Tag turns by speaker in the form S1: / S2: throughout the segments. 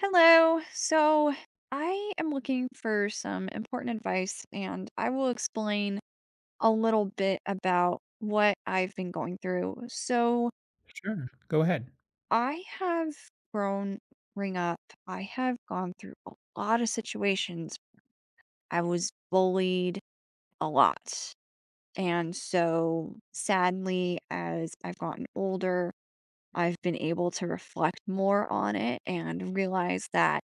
S1: Hello. So I am looking for some important advice, and I will explain a little bit about what I've been going through. So
S2: Sure, go ahead.
S1: I have grown ring up. I have gone through a lot of situations. I was bullied a lot. And so sadly, as I've gotten older, I've been able to reflect more on it and realize that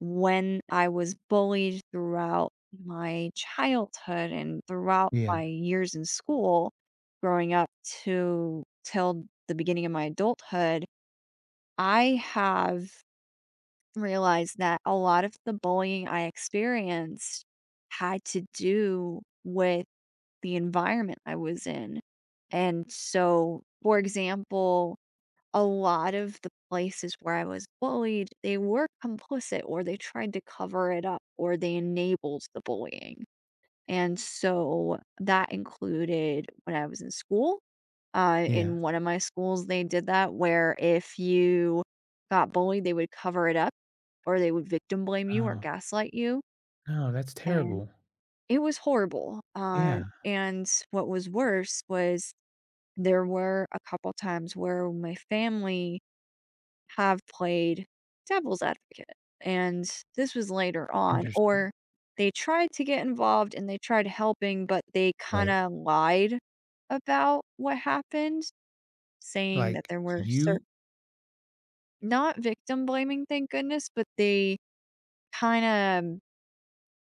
S1: when I was bullied throughout my childhood and throughout
S2: Yeah,
S1: my years in school, growing up to till the beginning of my adulthood, I have realized that a lot of the bullying I experienced had to do with the environment I was in. And so, for example, a lot of the places where I was bullied, they were complicit or they tried to cover it up or they enabled the bullying. And so that included when I was in school. Uh,
S2: yeah.
S1: in one of my schools, they did that where if you got bullied, they would cover it up or they would victim blame you or
S2: Oh,
S1: gaslight you.
S2: no, that's
S1: And
S2: terrible.
S1: it was horrible. Uh,
S2: Yeah,
S1: and what was worse was there were a couple times where my family have played devil's advocate, and this was later on,
S2: interesting.
S1: or they tried to get involved and they tried helping, but they
S2: Right.
S1: kinda lied about what happened, saying that
S2: Like,
S1: there were certain
S2: you
S1: not victim blaming, thank goodness, but they kinda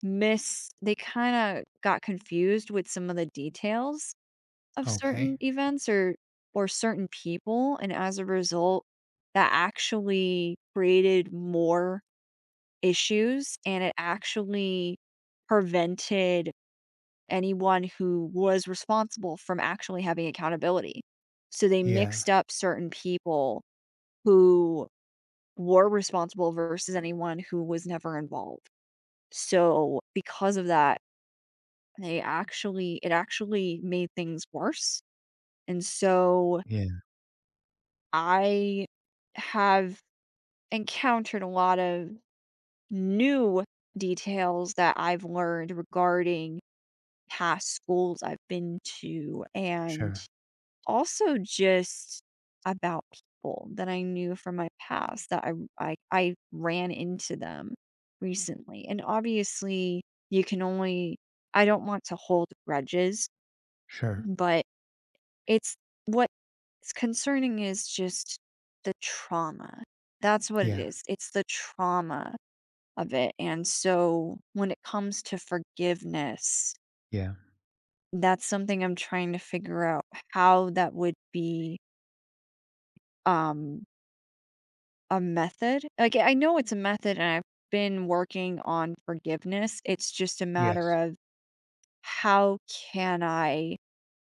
S1: got confused with some of the details of certain
S2: okay.
S1: events or certain people, and as a result, that actually created more issues, and it actually prevented anyone who was responsible from actually having accountability. So they
S2: Yeah,
S1: mixed up certain people who were responsible versus anyone who was never involved. So because of that, they actually it actually made things worse. And so
S2: yeah,
S1: I have encountered a lot of new details that I've learned regarding past schools I've been to, and
S2: sure,
S1: also just about people that I knew from my past that I ran into them recently. And obviously, you can only I don't want to hold grudges,
S2: sure.
S1: but it's what's concerning is just the trauma. That's what it
S2: Yeah,
S1: is. It's the trauma of it. And so when it comes to forgiveness,
S2: yeah,
S1: that's something I'm trying to figure out how that would be, um, a method. Like, I know it's a method, and I've been working on forgiveness. It's just a matter
S2: yes,
S1: of how can I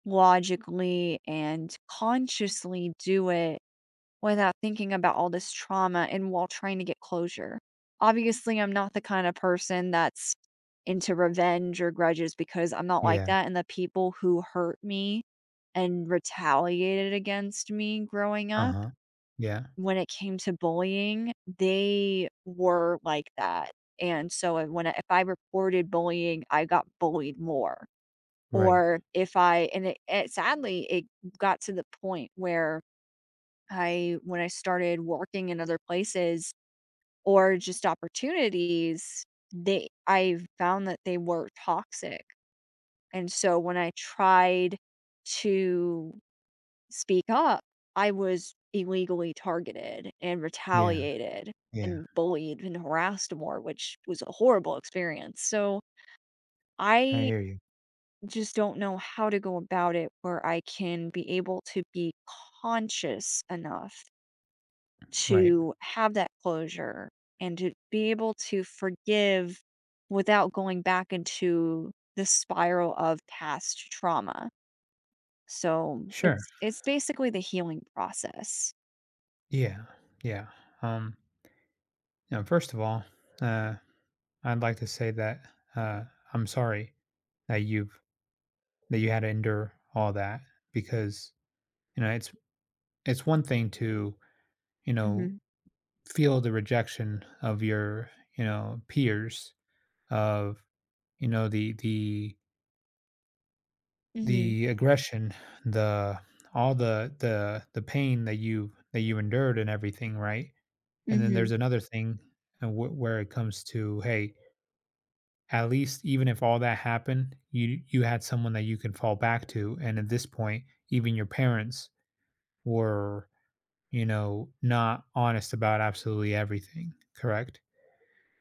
S1: logically and consciously do it without thinking about all this trauma and while trying to get closure. Obviously, I'm not the kind of person that's into revenge or grudges because I'm not like
S2: yeah,
S1: that, and the people who hurt me and retaliated against me growing up
S2: uh-huh. Yeah.
S1: when it came to bullying, they were like that. And so if I reported bullying, I got bullied more.
S2: Right.
S1: Or if I and it sadly it got to the point where I when I started working in other places or just opportunities, they I found that they were toxic. And so when I tried to speak up, I was illegally targeted and
S2: Yeah,
S1: retaliated
S2: yeah,
S1: and bullied and harassed more, which was a horrible experience. So
S2: I
S1: I
S2: hear you.
S1: just don't know how to go about it where I can be able to be conscious enough
S2: Right.
S1: to have that closure and to be able to forgive without going back into the spiral of past trauma. So
S2: Sure.
S1: it's basically the healing process.
S2: Yeah, yeah. Um, Now, first of all, uh, I'd like to say that, uh, I'm sorry that you've that you had to endure all that because, you know, it's one thing to you know
S1: Mhm.
S2: feel the rejection of your peers of you know the the
S1: Mhm.
S2: the aggression, the all the the pain that you endured and everything, right? And then
S1: Mhm.
S2: there's another thing, where it comes to, hey, at least even if all that happened, you had someone that you can fall back to, and at this point, even your parents were, you know, not honest about absolutely everything, correct?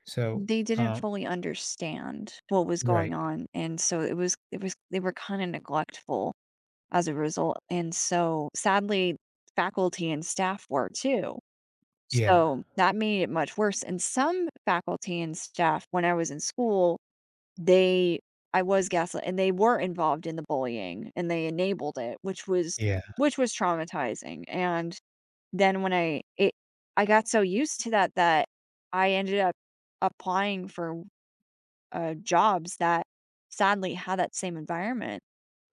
S2: So,
S1: They didn't
S2: um
S1: fully understand what was going
S2: right.
S1: on and so it was they were kind of neglectful as a result. And so sadly faculty and staff were too.
S2: Yeah.
S1: So, that made it much worse, and some faculty and staff, when I was in school, they I was gaslit and they were involved in the bullying and they enabled it, which was
S2: Yeah,
S1: which was traumatizing, and then when I it I got so used to that that I ended up applying for, jobs that sadly had that same environment.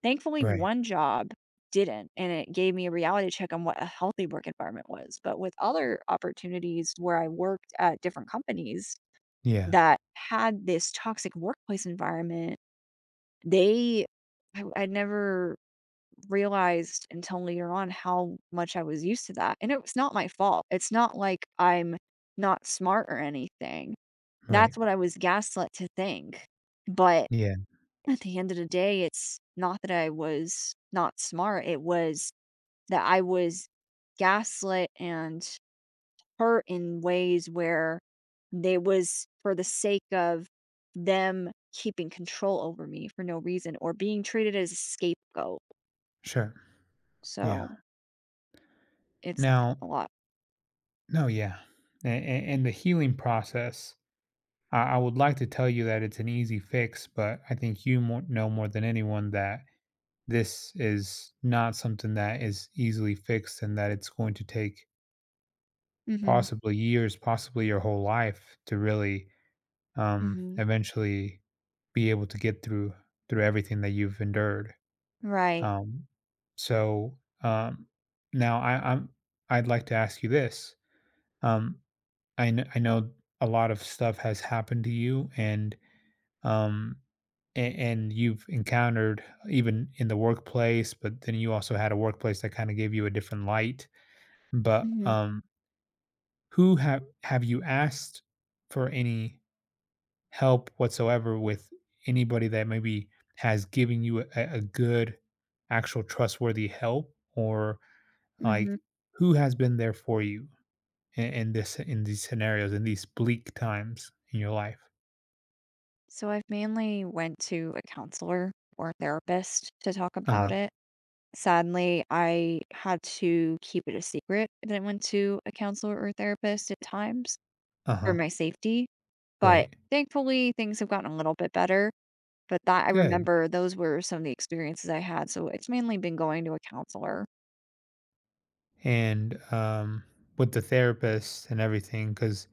S1: Thankfully,
S2: right.
S1: one job didn't, and it gave me a reality check on what a healthy work environment was. But with other opportunities where I worked at different companies
S2: Yeah,
S1: that had this toxic workplace environment, they I never realized until later on how much I was used to that. And it was not my fault. It's not like I'm not smart or anything.
S2: right.
S1: That's what I was gaslit to think. But
S2: Yeah,
S1: at the end of the day, it's not that I was not smart. It was that I was gaslit and hurt in ways where they was for the sake of them keeping control over me for no reason or being treated as a scapegoat.
S2: sure. Yeah.
S1: So it's
S2: Now
S1: a lot.
S2: No, yeah. And the healing process, I would like to tell you that it's an easy fix, but I think you more, know more than anyone that this is not something that is easily fixed and that it's going to take
S1: Hmm.
S2: possibly years, possibly your whole life to really,
S1: Hmm.
S2: eventually be able to get through everything that you've endured.
S1: Right.
S2: Um, so, now I'd like to ask you this. Um, I know a lot of stuff has happened to you, and, um, and you've encountered, even in the workplace, but then you also had a workplace that kind of gave you a different light. But
S1: Hmm.
S2: who have you asked for any help whatsoever with anybody that maybe has given you a good, actual trustworthy help, or like
S1: Hmm.
S2: who has been there for you in this, in these scenarios, in these bleak times in your life?
S1: So I've mainly went to a counselor or therapist to talk
S2: Uh
S1: about
S2: huh.
S1: it. Sadly, I had to keep it a secret that I went to a counselor or therapist at times
S2: Uh
S1: for
S2: huh.
S1: my safety, but
S2: Right.
S1: thankfully, things have gotten a little bit better, but that I
S2: Good.
S1: remember those were some of the experiences I had, so it's mainly been going to a counselor.
S2: And with the therapist and everything, because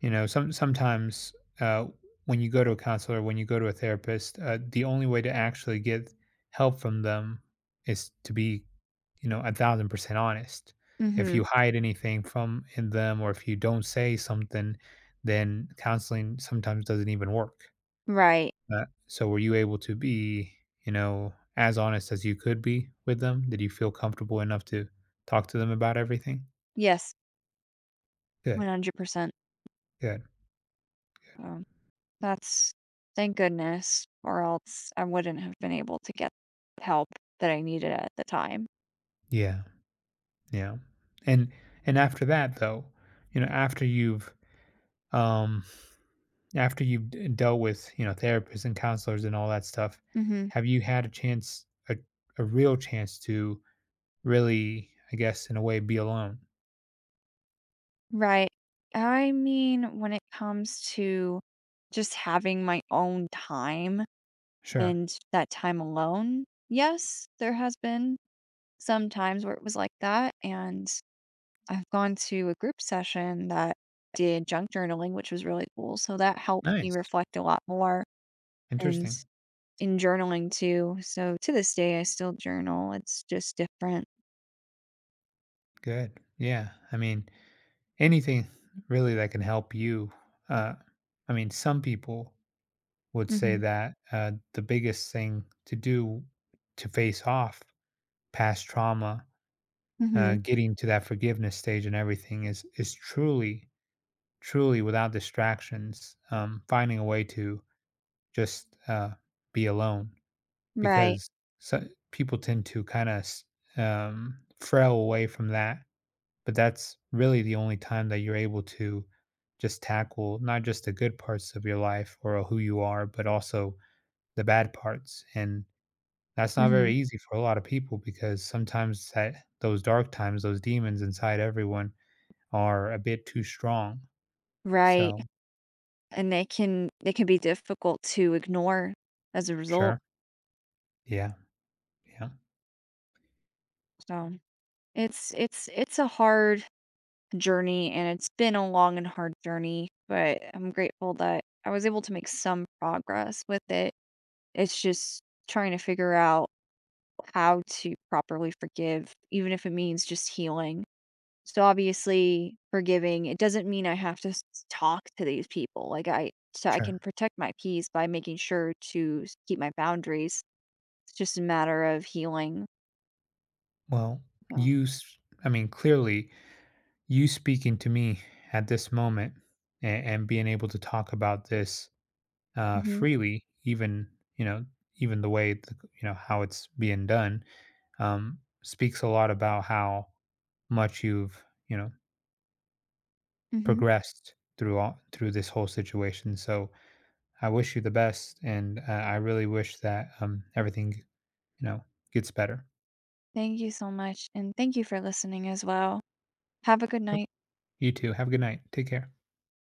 S2: you know, sometimes, uh, when you go to a counselor, when you go to a therapist, the only way to actually get help from them is to be, you know, a thousand percent honest. If
S1: Mhm.
S2: you hide anything from in them, or if you don't say something, then counseling sometimes doesn't even work.
S1: Right.
S2: So, were you able to be, you know, as honest as you could be with them? Did you feel comfortable enough to talk to them about everything?
S1: Yes,
S2: Good,
S1: 100%.
S2: good,
S1: Um, that's Thank goodness, or else I wouldn't have been able to get help that I needed at the time.
S2: yeah. Yeah. And and after that though, you know, after you've um after dealt with, you know, therapists and counselors and all that stuff,
S1: Mhm.
S2: have you had a chance, a real chance to really, I guess, in a way, be alone?
S1: Right. I mean, when it comes to just having my own time
S2: Sure.
S1: and that time alone, yes, there has been some times where it was like that. And I've gone to a group session that did junk journaling, which was really cool. So that helped me
S2: Nice.
S1: reflect a lot more and
S2: Interesting.
S1: in journaling too. So to this day, I still journal. It's just different.
S2: Good. Yeah. I mean, anything really that can help you. Uh I mean, some people would say
S1: Hmm.
S2: that the biggest thing to do to face off past trauma,
S1: Hmm.
S2: getting to that forgiveness stage and everything, is truly, truly without distractions, finding a way to just, be alone
S1: Right.
S2: because, so, people tend to kind of, frail away from that, but that's really the only time that you're able to just tackle not just the good parts of your life or who you are, but also the bad parts, and that's not
S1: Hmm.
S2: very easy for a lot of people, because sometimes that those dark times, those demons inside everyone, are a bit too strong.
S1: Right.
S2: So
S1: And they can be difficult to ignore as a result.
S2: sure. Yeah. Yeah.
S1: So, it's a hard journey, and it's been a long and hard journey, but I'm grateful that I was able to make some progress with it. It's just trying to figure out how to properly forgive, even if it means just healing. So, obviously, forgiving, it doesn't mean I have to s talk to these people, like, I so I can
S2: Sure.
S1: protect my peace by making sure to s keep my boundaries. It's just a matter of healing.
S2: Well,
S1: So,
S2: you, s- I mean, clearly, you speaking to me at this moment and being able to talk about this,
S1: mhm,
S2: freely, even, you know, even the way, the, you know, how it's being done, um, speaks a lot about how much you've, you know,
S1: mhm.
S2: progressed through all, through this whole situation. So I wish you the best. And I really wish that, everything, you know, gets better.
S1: Thank you so much, and thank you for listening as well. Have a good
S2: Yep.
S1: night.
S2: You too. Have a good night. Take care.